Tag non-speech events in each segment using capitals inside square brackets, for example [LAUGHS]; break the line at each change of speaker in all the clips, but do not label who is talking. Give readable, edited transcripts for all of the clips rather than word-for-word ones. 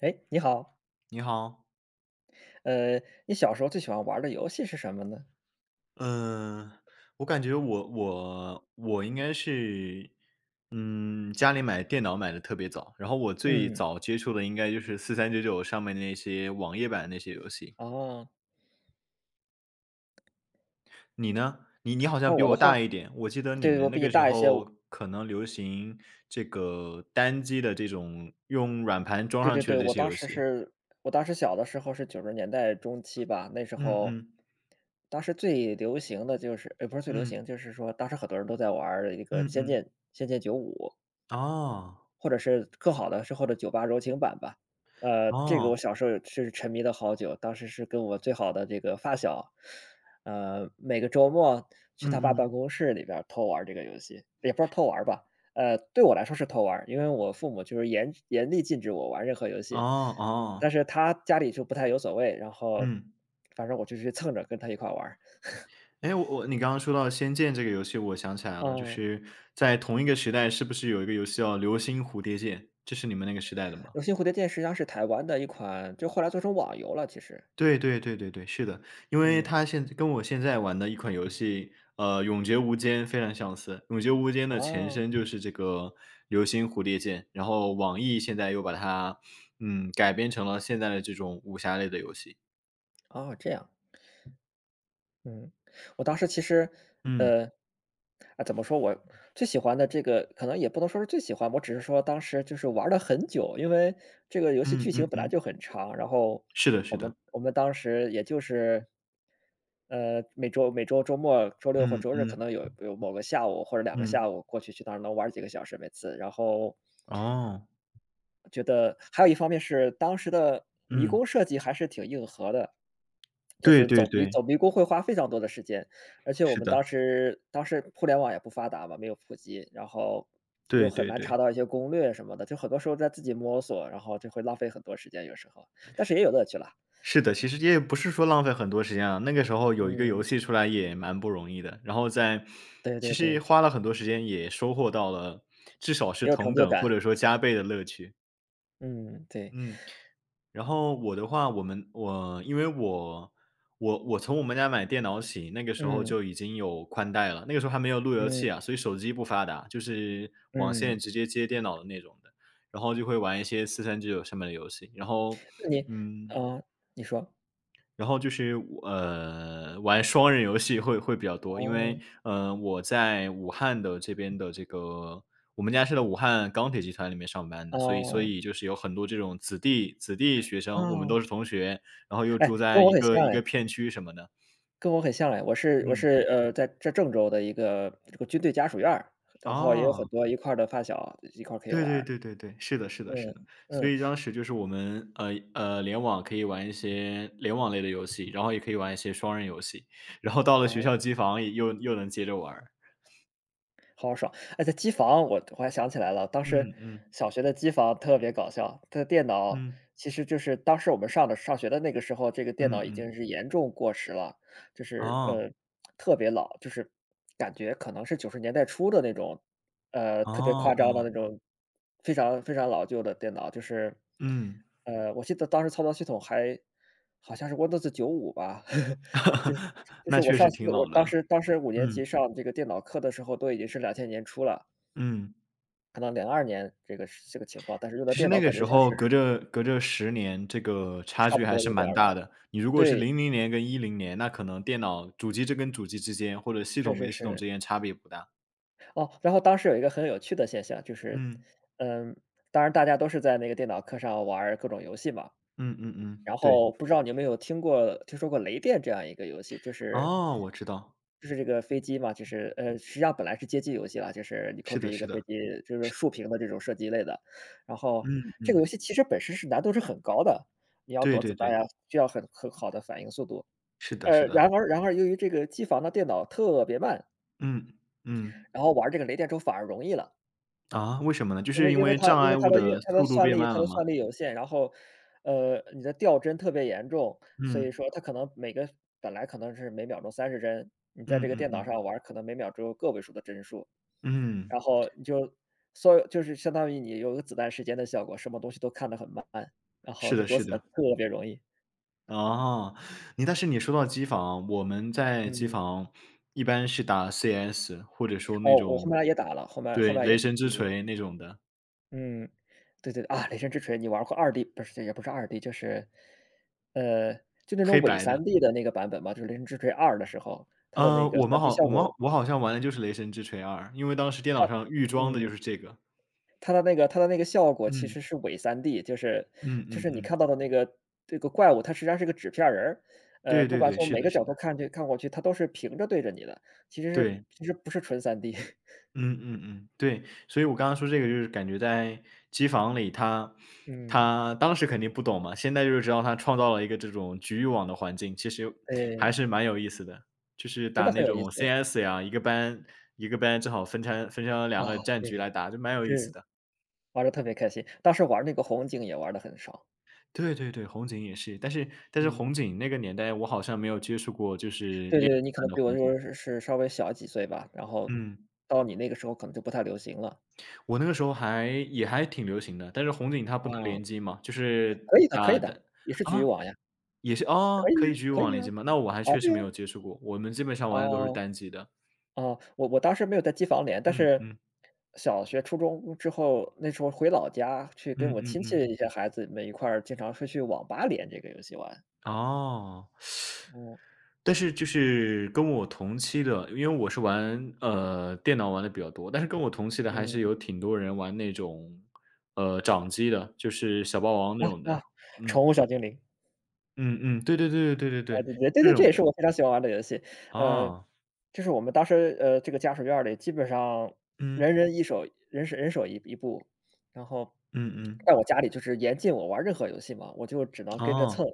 哎，你好，
你好。
呃，你小时候最喜欢玩儿的游戏是什么呢？
嗯，我感觉我应该是，家里买电脑买的特别早，然后我最
嗯，
早接触的应该就是四三九九上面那些网页版那些游戏。
哦，
你呢？你好
画
像比
我的
我
画，
大一点，我记得你
对，我
们
比
那
你
个时
大一些，
候可能流行这个单机的这种用软盘装
对
上
对
去的
对，
这些游戏。
我当时小的时候是90年代中期吧，那时
嗯
候
嗯
当时最流行的就是不是最流
嗯
行，就是说当时很多人都在玩儿一个
嗯
《仙
嗯，
剑仙剑九五》。
哦
或者是更好的是或者酒吧柔情版吧。这个我
哦，
小时候也是沉迷了好久，当时是跟我最好的这个发小，每个周末去
嗯
他爸办
嗯，
公室里边儿偷玩儿这个游戏，也不是偷玩儿吧，对我来说是偷玩儿因为我父母就是严厉禁止我玩任何游
哦
戏，
哦，
但是他家里就不太有所谓，然后
嗯。
反正我就去蹭着跟他一块儿玩儿
哎，我你刚刚说到《仙剑》这个游戏，我想起来了，就
嗯，
是在同一个时代，是不是有一个游戏叫《流星蝴蝶剑》？这是你们那个时代的吗？
游戏蝴蝶剑实际上是台湾的一款就后来做成网游了，其实。
对对对对对，是的，因为
嗯，
它现跟我现在玩的一款游戏，永劫无间》非常相似，《永劫无间》的前
哦，
身就是这个《流星蝴蝶剑》，然后网易现在又把它，改编成了现在的这种武侠类的游戏。
哦，这样。嗯，我当时其实，
嗯
呃，啊，怎么说，我最喜欢的这个可能也不能说是最喜欢，我只是说当时就是玩了很久，因为这个游戏
嗯
剧情
嗯
本来
嗯，
就很长，然后
是的
我
是
们
的。
我们当时也就是，每周周末、周六或
嗯
周日可
嗯
能有某个下午或者两个下
嗯，
午过去，去那儿能玩几个小时每次。然后
哦，
觉得还有一方面是当时的迷
嗯，
宫设计还是挺硬核的，就
对
是
对
走迷
对。
走迷宫会花非常多的时间，而且我
是
们当
的。
时当时互联网也不发达嘛，没有普及，然后就
对
很
对
难
对，
查到一些攻略什么的，就很多时候在自己摸索，然后就会浪费很多时间，有时候，但是也有乐趣啦。
是的，其实也不是说浪费很多时间啊，那个时候有一个游
嗯，
戏出来也蛮不容易的，然后在
对对
其实
对，
花了很多时间也收获到了至少是
也有成
同
就
等或
感。
者说加倍的乐趣。
嗯，对，
嗯，然后我的话，我们我因为我我我从我们家买电脑起，那个时候
嗯，
就已经有宽带了，那个时候还没有路由
嗯，
器啊，所以手机不发达，就是网线
嗯，
直接接电脑的那种的，然后就会玩一些四三九九上面的游戏。
那你
嗯，
啊，你说，
然后就是玩双人游戏会比较多，因
哦，
为，我在武汉的这边的这个我们家是在武汉钢铁集团里面上班的，所以所
哦，
以就是有很多这种子弟学生，我们
哦，
都是同学，然后又
哎，
住
跟
在
我
一
很
个
像
一个
哎。
片区什么的。
跟我很像哎，我是我
嗯，
是，在郑州的一个这个军队家属院儿，然后也有很
哦，
多一块儿的发小一块儿可以
对
玩
对
儿，
对对对，是的是的是的。
嗯，
所
嗯，
以当时就是我们，联网可以玩一些联网类的游戏，然后也可以玩一些双人游戏，然后到了
然
学
后
校机房也能接着玩儿。
好爽！哎，在机房我还想起来了，当时
嗯嗯
小学的机房特别搞笑，它的电脑
嗯
其实就是当时我们上学的那个时候，这个电
嗯
脑已经
嗯，
是严重过时了，就是
哦
特别老，就是感觉可能是90年代初的那种，特别
哦
夸张的
哦，
那种，非常非常老旧的电脑，就是
嗯，
我记得当时操作系统还好像是 Windows 九五吧，[LAUGHS] 就是
[LAUGHS]
就是
那
我
确
上
实
次
挺
我
老的
当
了。
时当时5年级
嗯
上这个电脑课的时候都已经是2000年初了，
嗯，
可能0二年这个是这个情况，但是用的
其实
电脑
那个
感觉
时
像
候隔
是
着隔着10年，这个差
差
距
不
还
多
是
有点
蛮
儿
大
了。
的。你如果是
对，
零零年跟一零年，那可能电脑主机这跟主机之间，或者系
是
统
是
跟系统
是。
之间差别不大。
哦，然后当时有一个很有趣的现象，就是，
嗯
嗯，当然大家都是在那个电脑课上玩儿各种游戏嘛，
嗯，
然
对。
后不知道你有没有听说过雷电这样一个游戏，就是
哦，我知道。
这个飞机嘛，就是实际上本来是街机游戏啦，就是你控
是
制
的
一个
是
飞
的。
机，就是竖屏的这种射击类的。然后
嗯
这个游
嗯，
戏其实本身是难度是很高的，你要
对
躲子
对
弹
对，
呀，需要很好的反应速度。
是的是的。
然而由于这个机房的电脑特别慢，
嗯嗯，
然后玩这个雷电之后反而容易了。
啊，为什么呢？就
因
是
为
因
因为
为
它
障
因为
碍
它
物
的运
的
它的
速度
算
变
力
慢
它
了
的
吗？
算力有限，然后，你的掉帧特别严重，所以
嗯，
说它可能每个本来可能是每秒钟30帧，你在这
嗯
个
嗯
电脑
嗯，
上玩儿可能每秒只有个位数的帧数，
嗯，
然后所有就是相当于你有一个子弹时间的效果，什么东西都看得很慢，然后
是
就
的
躲
是
子弹
的。
特别容易。
哦，但是你说到机房，我们在机
嗯，
房一般是打 CS,或者说那
哦，我后
种
面也打了，后面后
对，
面
雷
也是
神之
[UNINTELLIGIBLE]
锤那种的，
嗯，对对，啊，《雷神之锤》你玩过二 d 不是，也不是二 d 就是呃，就那种
黑
伪
白的。
三 d 的那个版本嘛，就是《零之锤二》的时候，它的那
呃，
个
我们
三 d
好
效
我们
果
我好像玩的就是雷神之锤二》，因为当时电脑上预装的就
嗯，
是这个。
它的那个效果其实
嗯，
是伪三 d 就是
嗯嗯
你
嗯，
看到的那个这个怪物，它实际上是个纸片人儿，
对
不
对
管
对，
从
是
每
的
个
是
角
的。
度看过去，它都是平着对着你的，
对。
其实不是纯三 d [LAUGHS]
嗯，对，所以我刚刚说这个就是感觉在机房里他
嗯，
他当时肯定不懂嘛，现在就是知道他创造了一个这种局域网的环境，其实还
对，
是蛮有意思的。就是
真
打
的很
那
有意
种
思。
CS 呀，一个班正好分成
啊，
两个战局
对，
来打，就蛮有意思
是，
的。
玩的特别开心，当时玩那个红警也玩的很爽，
对对对，红警也是，但是
嗯。
红警那个年代我好像没有接触过，就是
对对
连
对，你可
战
能
的
比我
红警。
是稍微小几岁吧，然后
嗯，
到你那个时候可能就不太流行了。
我那个时候还也还挺流行的，但是红警它不能
啊，
联机嘛，就是
可以的可以
打
的，
的
也是局域
啊。
网呀，
也是哦，
可以
可
呀
以局域
可以
网
呀，
连接吗？那我还
啊，
确
对
实
呀，
没有接触过，我们基本上玩的都是
啊
单机的。
哦，我当时没有在机房连，但
嗯
是
嗯。
小学、初中之后，那时候回老家去跟
嗯
我
嗯
亲戚
嗯，
的一些孩子们一块儿，经常会去网吧连这个游戏玩。
哦。
嗯，
但是就是跟我同期的，因为我是玩，电脑玩的比较多，但是跟我同期的还是
嗯，
有挺多人玩那种，掌机的，就是小霸王那
啊
种的。
啊，宠
嗯，
物小精灵，
嗯，对对对对对对
哎，
对，
对对对
这
对，这
种
也是
的。
我非常喜欢玩的游戏，呃
哦，
就是我们当时，这个家属院儿里基本上
嗯，
人人一手人手一部，然后
嗯嗯，
在我家里就是严禁我玩任何游戏嘛，我就只能跟着蹭。
哦，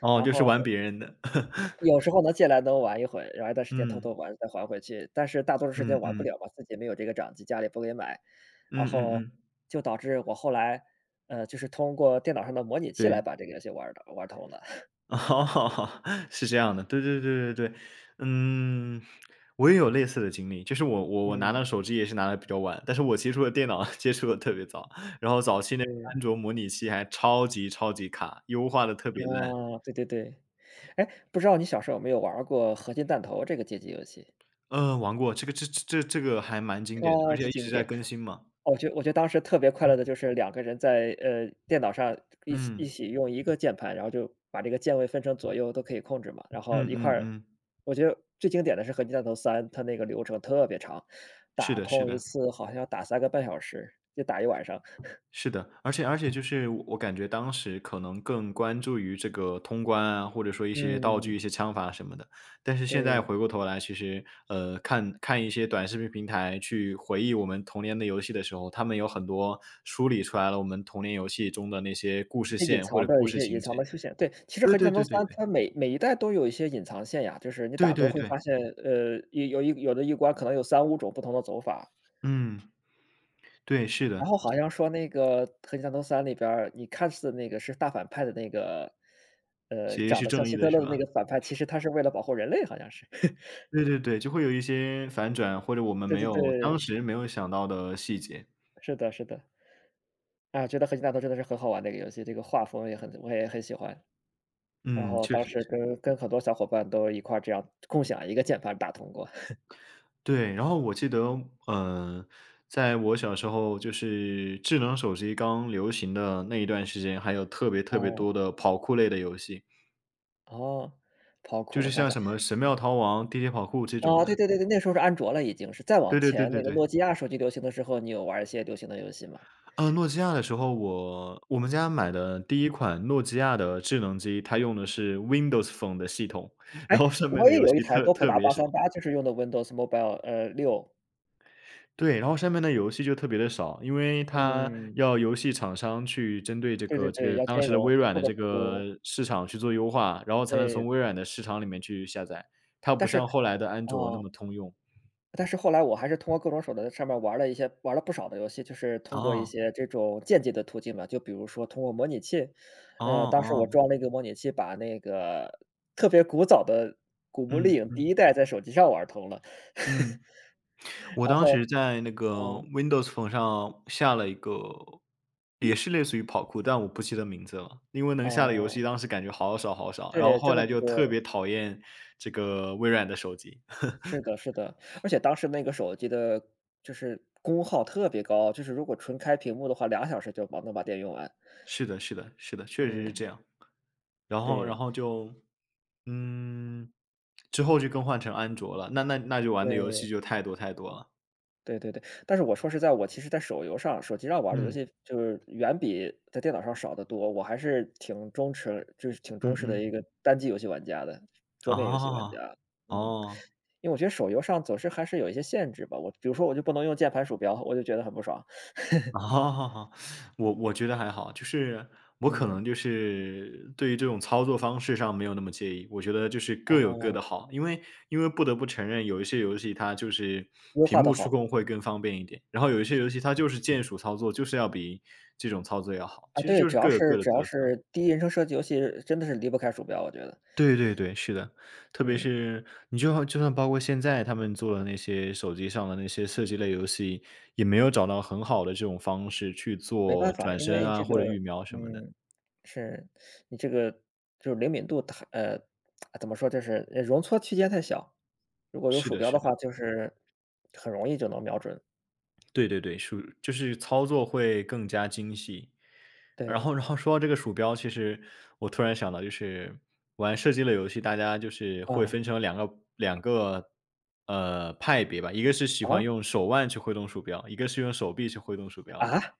哦，
然
就是
后
玩别人的。[LAUGHS]
有时候能借来能玩一会，然后一段时间偷
嗯，
偷玩再还回去，但是大多数时
嗯
间玩不
嗯，
了嘛，自己没有这个掌机，家里不给买，然
嗯嗯
后
嗯。
就导致我后来，就是通过电脑上的模拟器来
对。
把这个游戏玩儿的玩通了。[LAUGHS]
[LAUGHS] 哦，是这样的，对对对对对。嗯，我也有类似的经历，就是我拿
嗯，
到手机也是拿的比较晚，但是我接触的电脑 [LAUGHS] 接触的特别早，然后早期那
对，
个
[LAUGHS]
安卓模拟器还超级超级卡，优化的特别烂。
啊，对对对。哎，不知道你小时候有没有玩儿过合金弹头这个街机游戏，
玩过，这个还蛮经典的，
超
而
级
且一
经
直在
典。
更新嘛。
我觉得当时特别快乐的就是两个人在，电脑上一起一
嗯，
起用一个键盘，然后就把这个键位分成左右都可以控制嘛，然后
嗯
一块
嗯
儿
嗯，
我觉得最经典的是合金弹头三》，它那个流程特别长，
是
打
的是
通一
的。
次好像要打3个半小时，就打一晚上。
是的，而且就是我感觉当时可能更关注于这个通关啊，或者说一些道具、一
嗯，
些枪法什么的。但是现在
对。
回过头来，其实看看一些短视频平台去回忆我们童年的游戏的时候，他们有很多梳理出来了我们童年游戏中的那些故事线或者故
一
事
些隐
情
藏
节。
的出现，对，其实
对
《合金
对
弹头
对对
三》
对，
它每一代都有一些隐藏线呀，就是你
对
打多
对
会
对。
发现，有的一关可能有三五种不同的走法。
嗯，对，是的，
然后好像说那个《合金弹头三》里边儿，你看似那个是大反派的那个，
其实
长
是
得像
正义
希
的，
特勒
是
的那
吧？
个反派，其实他是为了保护人类好像是。[LAUGHS]
对对对，就会有一些反转，或者我们
对
没
对
有
对，
当时没有想到的细节。
是的是的。啊，觉得《合金弹头》真的是很好玩的一个游戏，这个画风我也很喜欢。然
嗯，
后
确
当
实。
时跟很多小伙伴都一块儿这样共享一个键盘打通过。[LAUGHS]
对，然后我记得，嗯，在我小时候，就是智能手机刚流行的那一段时间，还有特别特别
哦。
多的跑酷类的游戏，
哦，跑酷，
就
我
是
想
像
想，
什么《神庙逃亡》《地铁跑酷》这种
啊，
的。
对对对对，那时候是安卓了已经是，再往
对对对
前那
对
个
对。
诺基亚手机流行的时候，你有玩一些流行的游戏吗？
诺基亚的时候，我们家买的第一款诺基亚的智能机，它用的是 Windows Phone 的系统，[LAUGHS] 然
哎，
后上面
我
的
也
游戏
有一台
特
多普
特
达
别
八
少。
三八，就是用的 Windows Mobile,6。
对，然后上面的游戏就特别的少，因为它
嗯，
要游戏厂商去针对这
对对
个这
对，
个
要
当
兼
时的
容，
微
就
软
做
的
得
这
出，
个市场去做优化，然后才能
对，
从微软的市场里面去下载，它
但
不
是
像后来的安卓那
哦。
么通用。
但是后来我还是通过各种手段在上面玩了一些不少的游戏，就是通过一
哦，
些这种间接的途径吧，就比如说通过模拟器。
哦
当时我
哦，
装了一个模拟器，把那个特别古早的《古墓丽
嗯
影》第
嗯
一代在手机上玩通了。[LAUGHS]
嗯，我
然
当时
后，
在那个
哦。
Windows Phone 上下了一个也是类似于跑酷，但我不记得名字了，因为能下的游
哦，
戏当时感觉好少好少，然后
对，真
后
的
来
不
就特
多。
别讨厌这个微软的手机。
是的，是的，而且当时那个手机的就是功耗特别高，就是如果纯开屏幕的话2小时就把电用完。
是的，是的，是的，确实是
嗯，
这样。然后然
对，
后就，嗯，之后就更换成安卓了，那就玩的游
对。
戏就太多太多了。
对对对，但是我说实在，我其实在手游上，手机上玩儿的游
嗯，
戏就是远比在电脑上少得多。我还是挺忠实，就是挺忠
嗯
实的
嗯，
一个单机游戏玩家的，桌面游戏玩
哦，
家。嗯，
哦。
因为我觉得手游上总是还是有一些限制吧，我比如说我就不能用键盘鼠标，我就觉得很不爽。
[LAUGHS]
[LAUGHS]
哦，我我觉得还好，就是我可
嗯。
能就是对于这种操作方式上没有那么介意，我觉得就是各有各
哦，
的好，因为不得不承认有一些游戏它就是
优
屏
化的
幕触
好。
控会更方便一点，然后有一些游戏它就是键鼠操作，就是要比这种操作要好，
啊，
其实
对，
就是各有各的
只要
特色。
是第一人称射击游戏，真的是离不开鼠标，我觉得。
对对对，是的。特别
嗯。
是你就就算包括现在他们做的那些手机上的那些射击类游戏，也没有找到很好的这种方式去
没办
做
法，
转
因
身
为
啊，
这个，
或者预瞄什么的。
嗯，是，你这个就是灵敏度太怎么说，就是容错区间太小。如果有
是
鼠
的
标的
是的。
话，就是很容易就能瞄准。
对对对，鼠就是操作会更加精细。然
对。
后然后说到这个鼠标，其实我突然想到就是玩射击类游戏，大家就是会
啊
分成两个,派别吧。一个是喜欢
啊
用手腕去挥动鼠标，一个是用手臂去挥动鼠标的。
啊！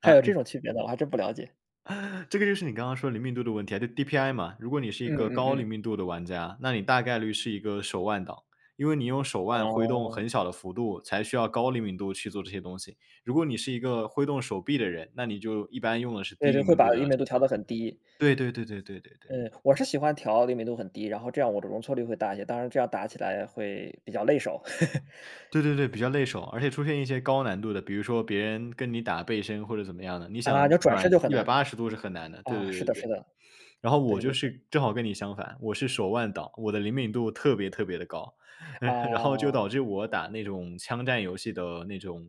还
啊，
有
你
这种区别的，我还真不了解。
这个就是你刚刚说灵敏度的问题啊，就 DPI 嘛。如果你是一
嗯
个
嗯
高
嗯。
灵敏度的玩家，那你大概率是一个手腕党，因为你用手腕挥动
哦，
很小的幅度，才需要高灵敏度去做这些东西。如果你是一个挥动手臂的人，那你就一般用的是
对
低
对，
灵
会
敏
把
度
灵
的
敏
这
度调得
个。
很低。
对对对对对对对，
嗯，我是喜欢调灵敏度很低，然后这样我的容错率会大一些，当然这样打起来会比较累手 [LAUGHS]。
对对对，比较累手，而且出现一些高难度的，比如说别人跟你打背身或者怎么样的，你
啊，你
想
要转身
转
就很
一百
难。
八十度是很难的。对
啊，
对
是
对
的是
对。
的，
然后我
对对
就
对，
是正好跟你相反，我是手腕党，我的灵敏度特别特别的高，[LAUGHS] 然后就
啊。
导致我打那种枪战游戏的那种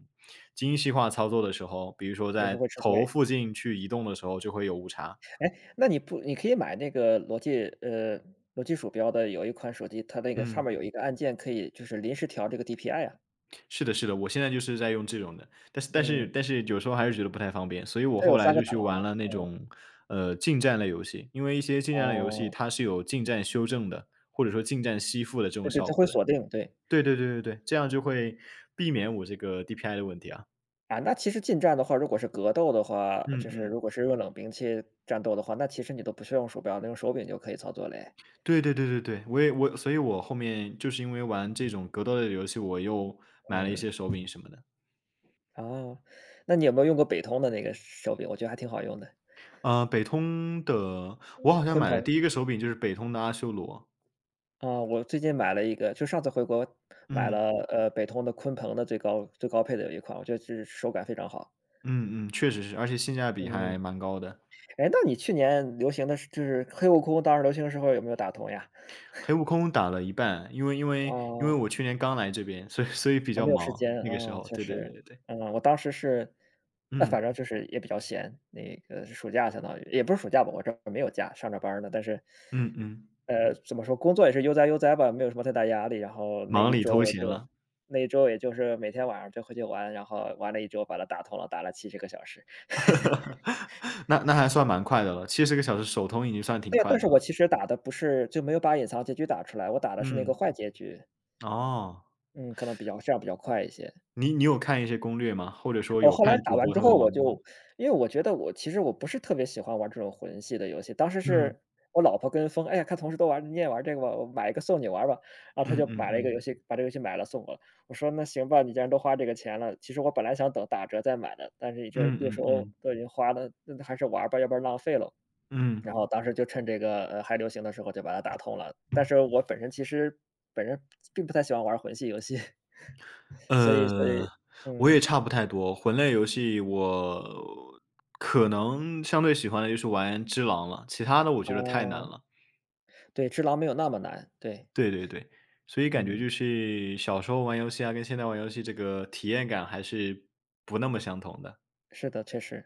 精细化操作的时候，比如说
有时候
在
会吃
头
亏。
附近去移动的时候就会有误差。
哎，那你不你可以买那个罗技罗技鼠标的有一款手机，它那个上面
嗯，
有一个按键可以就是临时调这个 DPI 啊。
是的是的，我现在就是在用这种的，但是
嗯，
有时候还是觉得不太方便，所以我
它有
后来
三个
就
档，
去玩了那
嗯。
种，近战类游戏，因为一些近战类游戏
哦，
它是有近战修正的，或者说近战吸附的这种
对对，
效
它会
果的。
锁定，对。
对对对对对，这样就会避免我这个 DPI 的问题啊。
啊，那其实近战的话，如果是格斗的话，
嗯
就是
嗯。
如果是用冷兵器战斗的话，那其实你都不需要用鼠标，那用手柄就可以操作嘞。
对对对对对，我所以我后面就是因为玩这种格斗类的游戏，我又买了一
嗯。
些手柄什么的。
哦，那你有没有用过北通的那个手柄？我觉得还挺好用的。
北通的我好像
鲲
买了
鹏。
第一个手柄就是北通的阿修罗。
啊，我最近买了一个，就上次回国买
嗯，
了，北通的鲲鹏的最高配的有一款，我觉得是手感非常好。
嗯，确实是，而且性价比还
嗯。
蛮高的。
哎，那你去年流行的就是黑悟空当时流行的时候有没有打通呀？
黑悟空打了一半，因为
啊。
我去年刚来这边，所以比
啊，
较
没有时
忙，
间，
那个时
啊，
候，
确
对对对
实。
对对。
嗯，我当时是，那反
嗯，
正就是也比较闲。那个暑假相当于也不是暑假吧，我这儿没有假，上着班儿呢，但是，
嗯嗯，
怎么说，工作也是悠哉悠哉吧，没有什么太大压力。然后那
忙
一
里
周
偷
我
闲
就，
了。
那一周也就是每天晚上就回去玩，然后玩了一周把它打通了，打了70个小时。
[LAUGHS] 那那还算蛮快的了，70个小时首通已经算挺
对呀，
快
但是
的
我
了。
其实打的不是就没有把隐藏结局打出来，我打的是那个
嗯，
坏结局。
哦，
嗯，可能比较快一些。
你有看一些攻略吗？或者说
我
有
后来
看
打
主
完
播
之
他
后，
们
我
玩过吗？
就，我觉得我其实我不是特别喜欢玩这种魂系的游戏，当时
嗯，
是我老婆跟风，哎呀，看同事都玩，你也玩这个吧，我买一个送你玩吧。然后她
嗯
就
嗯
买了一个
嗯，
游戏，把这个游戏买了送我了。我说那行吧，你既然都花这个钱了，其实我本来想等打折再买的，但是你这
嗯
六十
嗯
欧
嗯，
都已经花了，那还是玩吧，要不然浪费了。然
嗯，
后当时就趁这个，还流行的时候就把它打通了，但是我本身其实本身并不太喜欢玩魂系游戏。[LAUGHS] 所以所
呃，
以
我
嗯。
也差不太多，魂类游戏我可能相对喜欢的就是玩只狼了，其他的我觉得太难
哦。
了。
对，治狼没有那么难，对。
对对对，所以感觉
嗯，
就是小时候玩游戏啊，跟现在玩游戏这个体验感还是不那么相同的。
是的，确实。